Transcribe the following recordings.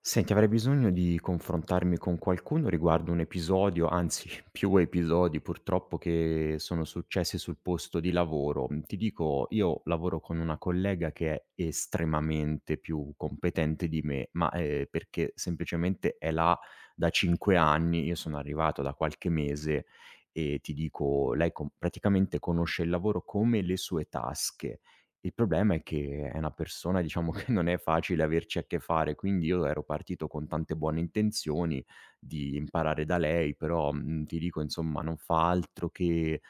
Senti, avrei bisogno di confrontarmi con qualcuno riguardo un episodio, anzi più episodi purtroppo che sono successi sul posto di lavoro. Ti dico, io lavoro con una collega che è estremamente più competente di me, ma perché semplicemente è là da 5 anni. Io sono arrivato da qualche mese e ti dico, lei praticamente conosce il lavoro come le sue tasche. Il problema è che è una persona, diciamo, che non è facile averci a che fare, quindi io ero partito con tante buone intenzioni di imparare da lei, però, ti dico insomma non fa altro che,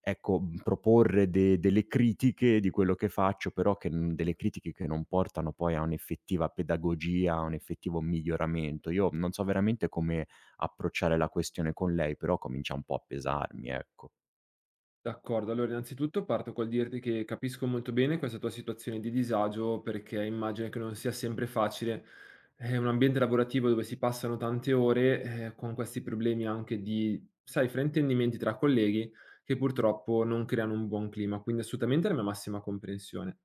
ecco, proporre de delle critiche di quello che faccio, però che n delle critiche che non portano poi a un'effettiva pedagogia, a un effettivo miglioramento. Io non so veramente come approcciare la questione con lei, però comincia un po' a pesarmi, ecco. D'accordo, allora innanzitutto parto col dirti che capisco molto bene questa tua situazione di disagio perché immagino che non sia sempre facile. È un ambiente lavorativo dove si passano tante ore, con questi problemi anche di, sai, fraintendimenti tra colleghi che purtroppo non creano un buon clima, quindi assolutamente la mia massima comprensione.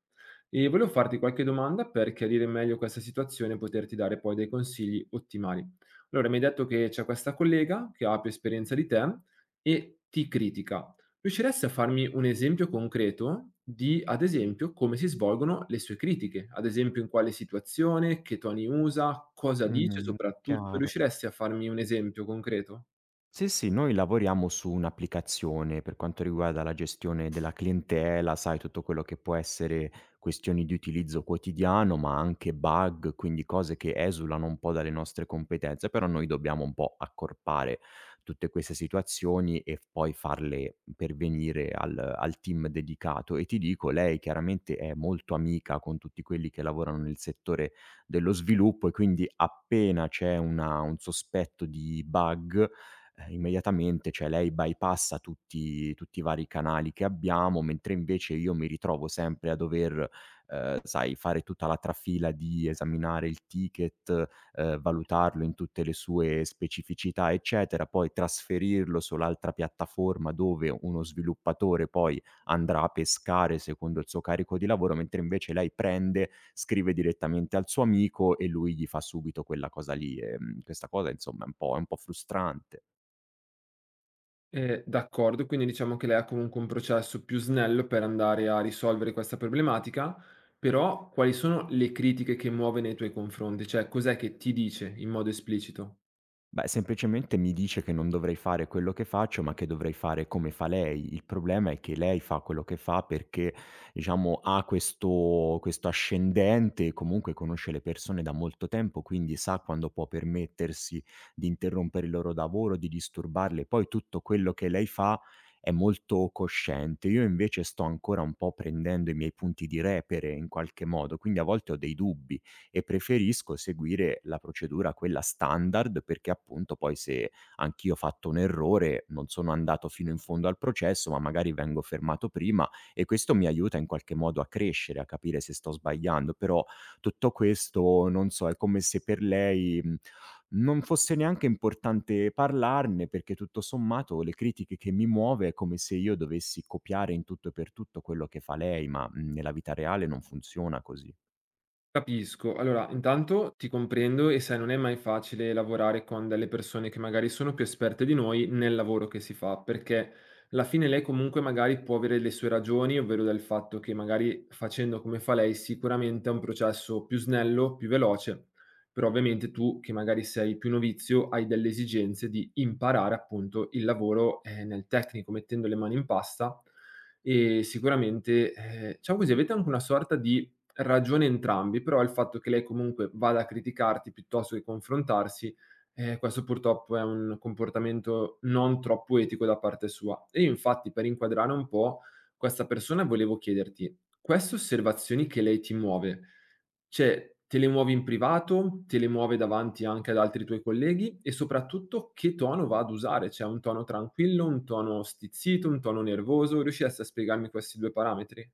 E volevo farti qualche domanda per chiarire meglio questa situazione e poterti dare poi dei consigli ottimali. Allora, mi hai detto che c'è questa collega che ha più esperienza di te e ti critica. Riusciresti a farmi un esempio concreto di, ad esempio, come si svolgono le sue critiche? Ad esempio, in quale situazione, che toni usa, cosa dice Mh, soprattutto? chiaro. Riusciresti a farmi un esempio concreto? Sì, sì, noi lavoriamo su un'applicazione per quanto riguarda la gestione della clientela, sai, tutto quello che può essere questioni di utilizzo quotidiano, ma anche bug, quindi cose che esulano un po' dalle nostre competenze, però noi dobbiamo un po' accorpare tutte queste situazioni e poi farle pervenire al team dedicato. E ti dico, lei chiaramente è molto amica con tutti quelli che lavorano nel settore dello sviluppo e quindi appena c'è un sospetto di bug, immediatamente, cioè lei bypassa tutti i vari canali che abbiamo, mentre invece io mi ritrovo sempre a dover, sai, fare tutta la trafila di esaminare il ticket, valutarlo in tutte le sue specificità, eccetera, poi trasferirlo sull'altra piattaforma dove uno sviluppatore poi andrà a pescare secondo il suo carico di lavoro, mentre invece lei prende, scrive direttamente al suo amico e lui gli fa subito quella cosa lì. Questa cosa insomma è un po' frustrante. D'accordo, quindi diciamo che lei ha comunque un processo più snello per andare a risolvere questa problematica, però quali sono le critiche che muove nei tuoi confronti? Cioè, cos'è che ti dice in modo esplicito? Beh, semplicemente mi dice che non dovrei fare quello che faccio, ma che dovrei fare come fa lei. Il problema è che lei fa quello che fa perché, diciamo, ha questo ascendente, comunque conosce le persone da molto tempo, quindi sa quando può permettersi di interrompere il loro lavoro, di disturbarle. Poi tutto quello che lei fa è molto cosciente. Io invece sto ancora un po' prendendo i miei punti di repere in qualche modo, quindi a volte ho dei dubbi e preferisco seguire la procedura quella standard perché appunto poi se anch'io ho fatto un errore, non sono andato fino in fondo al processo, ma magari vengo fermato prima e questo mi aiuta in qualche modo a crescere, a capire se sto sbagliando, però tutto questo non so, è come se per lei, non fosse neanche importante parlarne perché tutto sommato le critiche che mi muove è come se io dovessi copiare in tutto e per tutto quello che fa lei, ma, nella vita reale non funziona così. Capisco. Allora, intanto ti comprendo e sai, non è mai facile lavorare con delle persone che magari sono più esperte di noi nel lavoro che si fa, perché alla fine lei comunque magari può avere le sue ragioni, ovvero del fatto che magari facendo come fa lei sicuramente è un processo più snello, più veloce, però ovviamente tu che magari sei più novizio hai delle esigenze di imparare appunto il lavoro nel tecnico, mettendo le mani in pasta e sicuramente, diciamo così, avete anche una sorta di ragione entrambi, però il fatto che lei comunque vada a criticarti piuttosto che confrontarsi, questo purtroppo è un comportamento non troppo etico da parte sua. E io infatti per inquadrare un po' questa persona volevo chiederti: queste osservazioni che lei ti muove, cioè te le muove in privato, te le muove davanti anche ad altri tuoi colleghi e soprattutto che tono va ad usare? Cioè un tono tranquillo, un tono stizzito, un tono nervoso? Riusciresti a spiegarmi questi 2 parametri?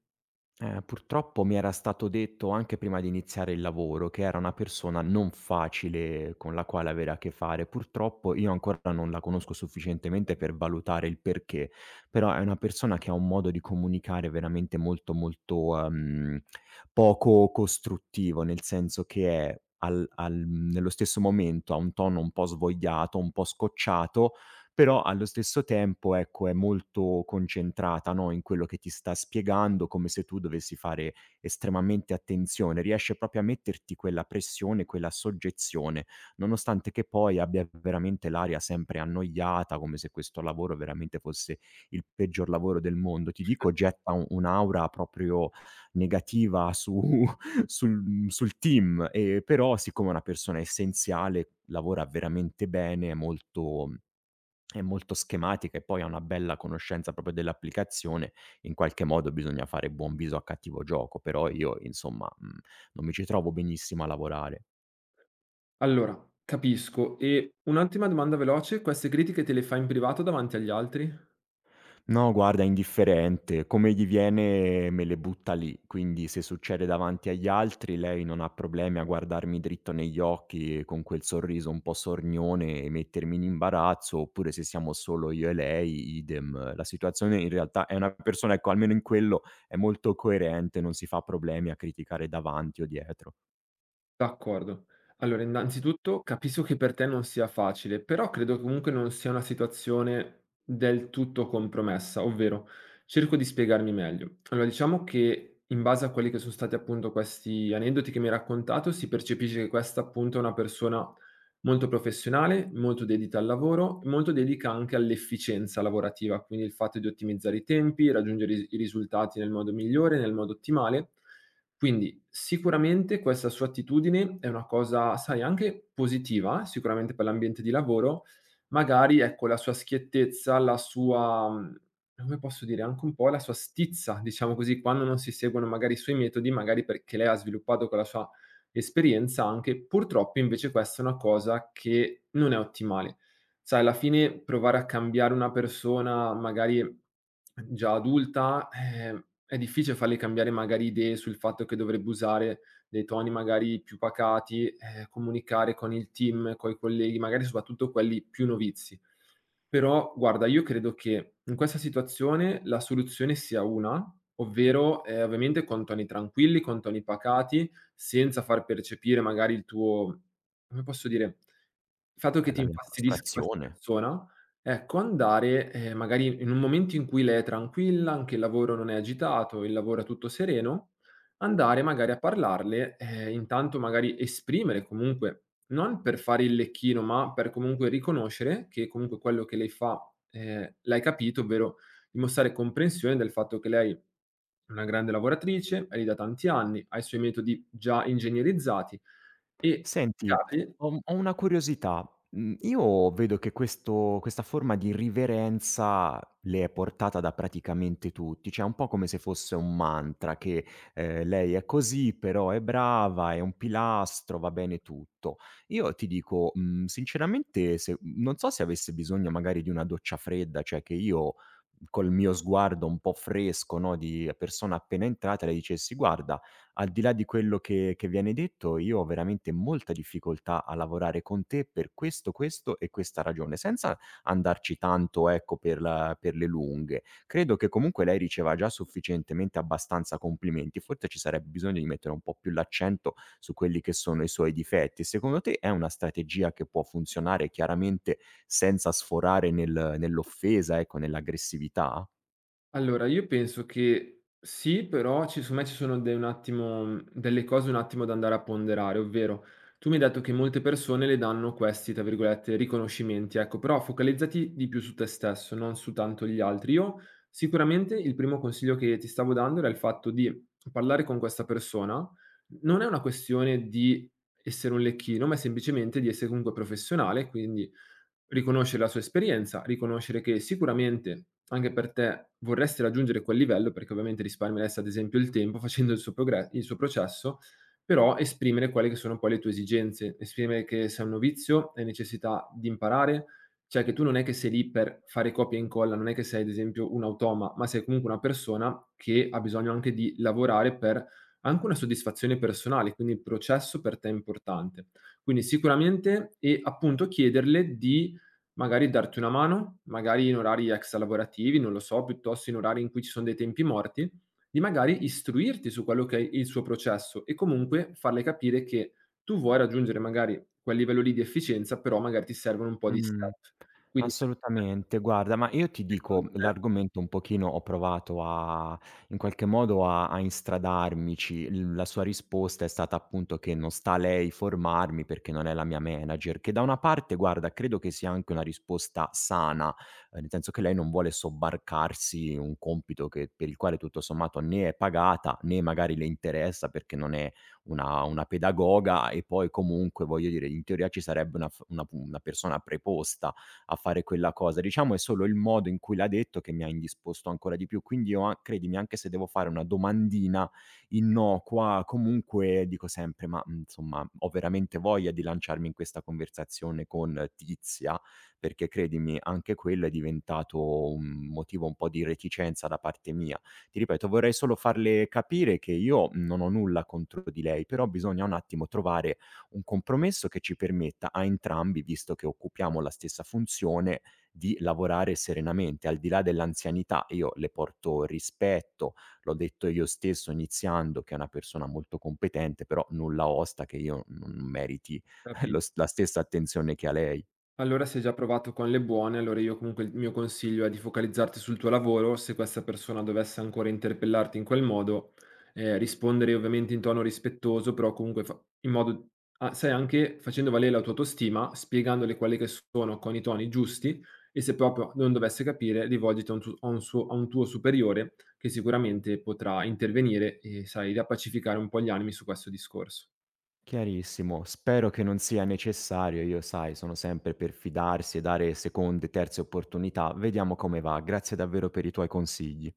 Purtroppo mi era stato detto anche prima di iniziare il lavoro che era una persona non facile con la quale avere a che fare. Purtroppo io ancora non la conosco sufficientemente per valutare il perché, però è una persona che ha un modo di comunicare veramente molto molto, poco costruttivo, nel senso che è al al nello stesso momento ha un tono un po' svogliato, un po' scocciato, però allo stesso tempo, ecco, è molto concentrata, no, in quello che ti sta spiegando, come se tu dovessi fare estremamente attenzione. Riesce proprio a metterti quella pressione, quella soggezione, nonostante che poi abbia veramente l'aria sempre annoiata, come se questo lavoro veramente fosse il peggior lavoro del mondo. Ti dico, getta u un'aura proprio negativa su sul team, però siccome è una persona essenziale, lavora veramente bene, è molto schematica e poi ha una bella conoscenza proprio dell'applicazione, in qualche modo bisogna fare buon viso a cattivo gioco, però io insomma, non mi ci trovo benissimo a lavorare. Allora, capisco. E un'ultima domanda veloce, queste critiche te le fai in privato davanti agli altri? No, guarda, è indifferente. Come gli viene me le butta lì. Quindi se succede davanti agli altri, lei non ha problemi a guardarmi dritto negli occhi con quel sorriso un po' sornione e mettermi in imbarazzo, oppure se siamo solo io e lei, idem. La situazione in realtà è una persona, ecco, almeno in quello è molto coerente, non si fa problemi a criticare davanti o dietro. D'accordo. Allora, innanzitutto capisco che per te non sia facile, però credo che comunque non sia una situazione del tutto compromessa, ovvero cerco di spiegarmi meglio. Allora, diciamo che in base a quelli che sono stati appunto questi aneddoti che mi hai raccontato, si percepisce che questa appunto è una persona molto professionale, molto dedita al lavoro, molto dedica anche all'efficienza lavorativa, quindi il fatto di ottimizzare i tempi, raggiungere i risultati nel modo migliore, nel modo ottimale. Quindi sicuramente questa sua attitudine è una cosa, sai, anche positiva, sicuramente per l'ambiente di lavoro. Magari, ecco, la sua schiettezza, la sua mhmm, come posso dire, anche un po' la sua stizza, diciamo così, quando non si seguono magari i suoi metodi, magari perché lei ha sviluppato con la sua esperienza anche, purtroppo invece questa è una cosa che non è ottimale. Sai, alla fine provare a cambiare una persona, magari già adulta, è difficile farle cambiare magari idee sul fatto che dovrebbe usare dei toni magari più pacati, comunicare con il team, coi colleghi, magari soprattutto quelli più novizi. Però guarda, io credo che in questa situazione la soluzione sia una, ovvero, ovviamente con toni tranquilli, con toni pacati, senza far percepire magari il tuo, come posso dire, il fatto Beh, che ti la mia infastidisca questa frustrazione. persona. Ecco, andare, magari in un momento in cui lei è tranquilla, anche il lavoro non è agitato, il lavoro è tutto sereno, andare magari a parlarle, intanto magari esprimere comunque, non per fare il lecchino, ma per comunque riconoscere che comunque quello che lei fa, l'hai capito, ovvero dimostrare comprensione del fatto che lei è una grande lavoratrice, è lì da tanti anni, ha i suoi metodi già ingegnerizzati. E Senti, ho una curiosità. Io vedo che questo questa forma di riverenza le è portata da praticamente tutti, cioè un po' come se fosse un mantra che, lei è così, però è brava, è un pilastro, va bene tutto. Io ti dico, sinceramente se non so se avesse bisogno magari di una doccia fredda, cioè che io col mio sguardo un po' fresco, no, di persona appena entrata le dicessi: "Guarda, al di là di quello che viene detto, io ho veramente molta difficoltà a lavorare con te per questo, questo e questa ragione, senza andarci tanto, ecco, per la per le lunghe. Credo che comunque lei riceva già sufficientemente abbastanza complimenti, forse ci sarebbe bisogno di mettere un po' più l'accento su quelli che sono i suoi difetti. Secondo te è una strategia che può funzionare chiaramente senza sforare nell'offesa, ecco, nell'aggressività? allora, io penso che sì, però ci secondo me ci sono de un attimo mhmm, delle cose un attimo da andare a ponderare, ovvero tu mi hai detto che molte persone le danno questi, tra virgolette, "riconoscimenti", ecco, però focalizzati di più su te stesso, non su tanto gli altri. Io sicuramente il primo consiglio che ti stavo dando era il fatto di parlare con questa persona. Non è una questione di essere un lecchino, ma è semplicemente di essere comunque professionale, quindi riconoscere la sua esperienza, riconoscere che sicuramente anche per te vorresti raggiungere quel livello, perché ovviamente risparmieresti ad esempio il tempo facendo il suo, il suo processo, però esprimere quelle che sono poi le tue esigenze, esprimere che sei un novizio, hai necessità di imparare, cioè che tu non è che sei lì per fare copia e incolla, non è che sei ad esempio un automa, ma sei comunque una persona che ha bisogno anche di lavorare per anche una soddisfazione personale, quindi il processo per te è importante. Quindi sicuramente e appunto chiederle di magari darti una mano, magari in orari extra lavorativi, non lo so, piuttosto in orari in cui ci sono dei tempi morti, di magari istruirti su quello che è il suo processo e comunque farle capire che tu vuoi raggiungere magari quel livello lì di efficienza, però magari ti servono un po' di Mh. step. Quindi Assolutamente. Guarda, ma io ti dico, secondo te l'argomento un pochino ho provato a in qualche modo a instradarmici. L la sua risposta è stata appunto che non sta a lei formarmi perché non è la mia manager, che da una parte guarda credo che sia anche una risposta sana, nel senso che lei non vuole sobbarcarsi un compito che per il quale tutto sommato né è pagata, né magari le interessa perché non è una pedagoga e poi comunque voglio dire in teoria ci sarebbe una f una p una persona preposta a fare quella cosa. Diciamo è solo il modo in cui l'ha detto che mi ha indisposto ancora di più. Quindi io a credimi, anche se devo fare una domandina innocua, comunque dico sempre: "Ma, insomma, ho veramente voglia di lanciarmi in questa conversazione con Tizia?" Perché credimi, anche quello è diventato un motivo un po' di reticenza da parte mia. Ti ripeto, vorrei solo farle capire che io non ho nulla contro di lei, però bisogna un attimo trovare un compromesso che ci permetta a entrambi, visto che occupiamo la stessa funzione, di lavorare serenamente. Al di là dell'anzianità, io le porto rispetto, l'ho detto io stesso iniziando che è una persona molto competente, però nulla osta che io non meriti capi lo s la stessa attenzione che ha lei. allora, se hai già provato con le buone, allora io comunque il mio consiglio è di focalizzarti sul tuo lavoro. Se questa persona dovesse ancora interpellarti in quel modo, rispondere ovviamente in tono rispettoso, però comunque in modo, ah, sai, anche facendo valere la tua autostima, spiegandole quelli che sono con i toni giusti e se proprio non dovesse capire, rivolgiti a un, a un a un tuo superiore che sicuramente potrà intervenire e, sai, rapacificare un po' gli animi su questo discorso. Chiarissimo, spero che non sia necessario, io sai sono sempre per fidarsi e dare seconde, terze opportunità. Vediamo come va. Grazie davvero per i tuoi consigli.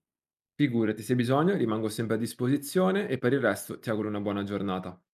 Figurati, se hai bisogno rimango sempre a disposizione e per il resto ti auguro una buona giornata.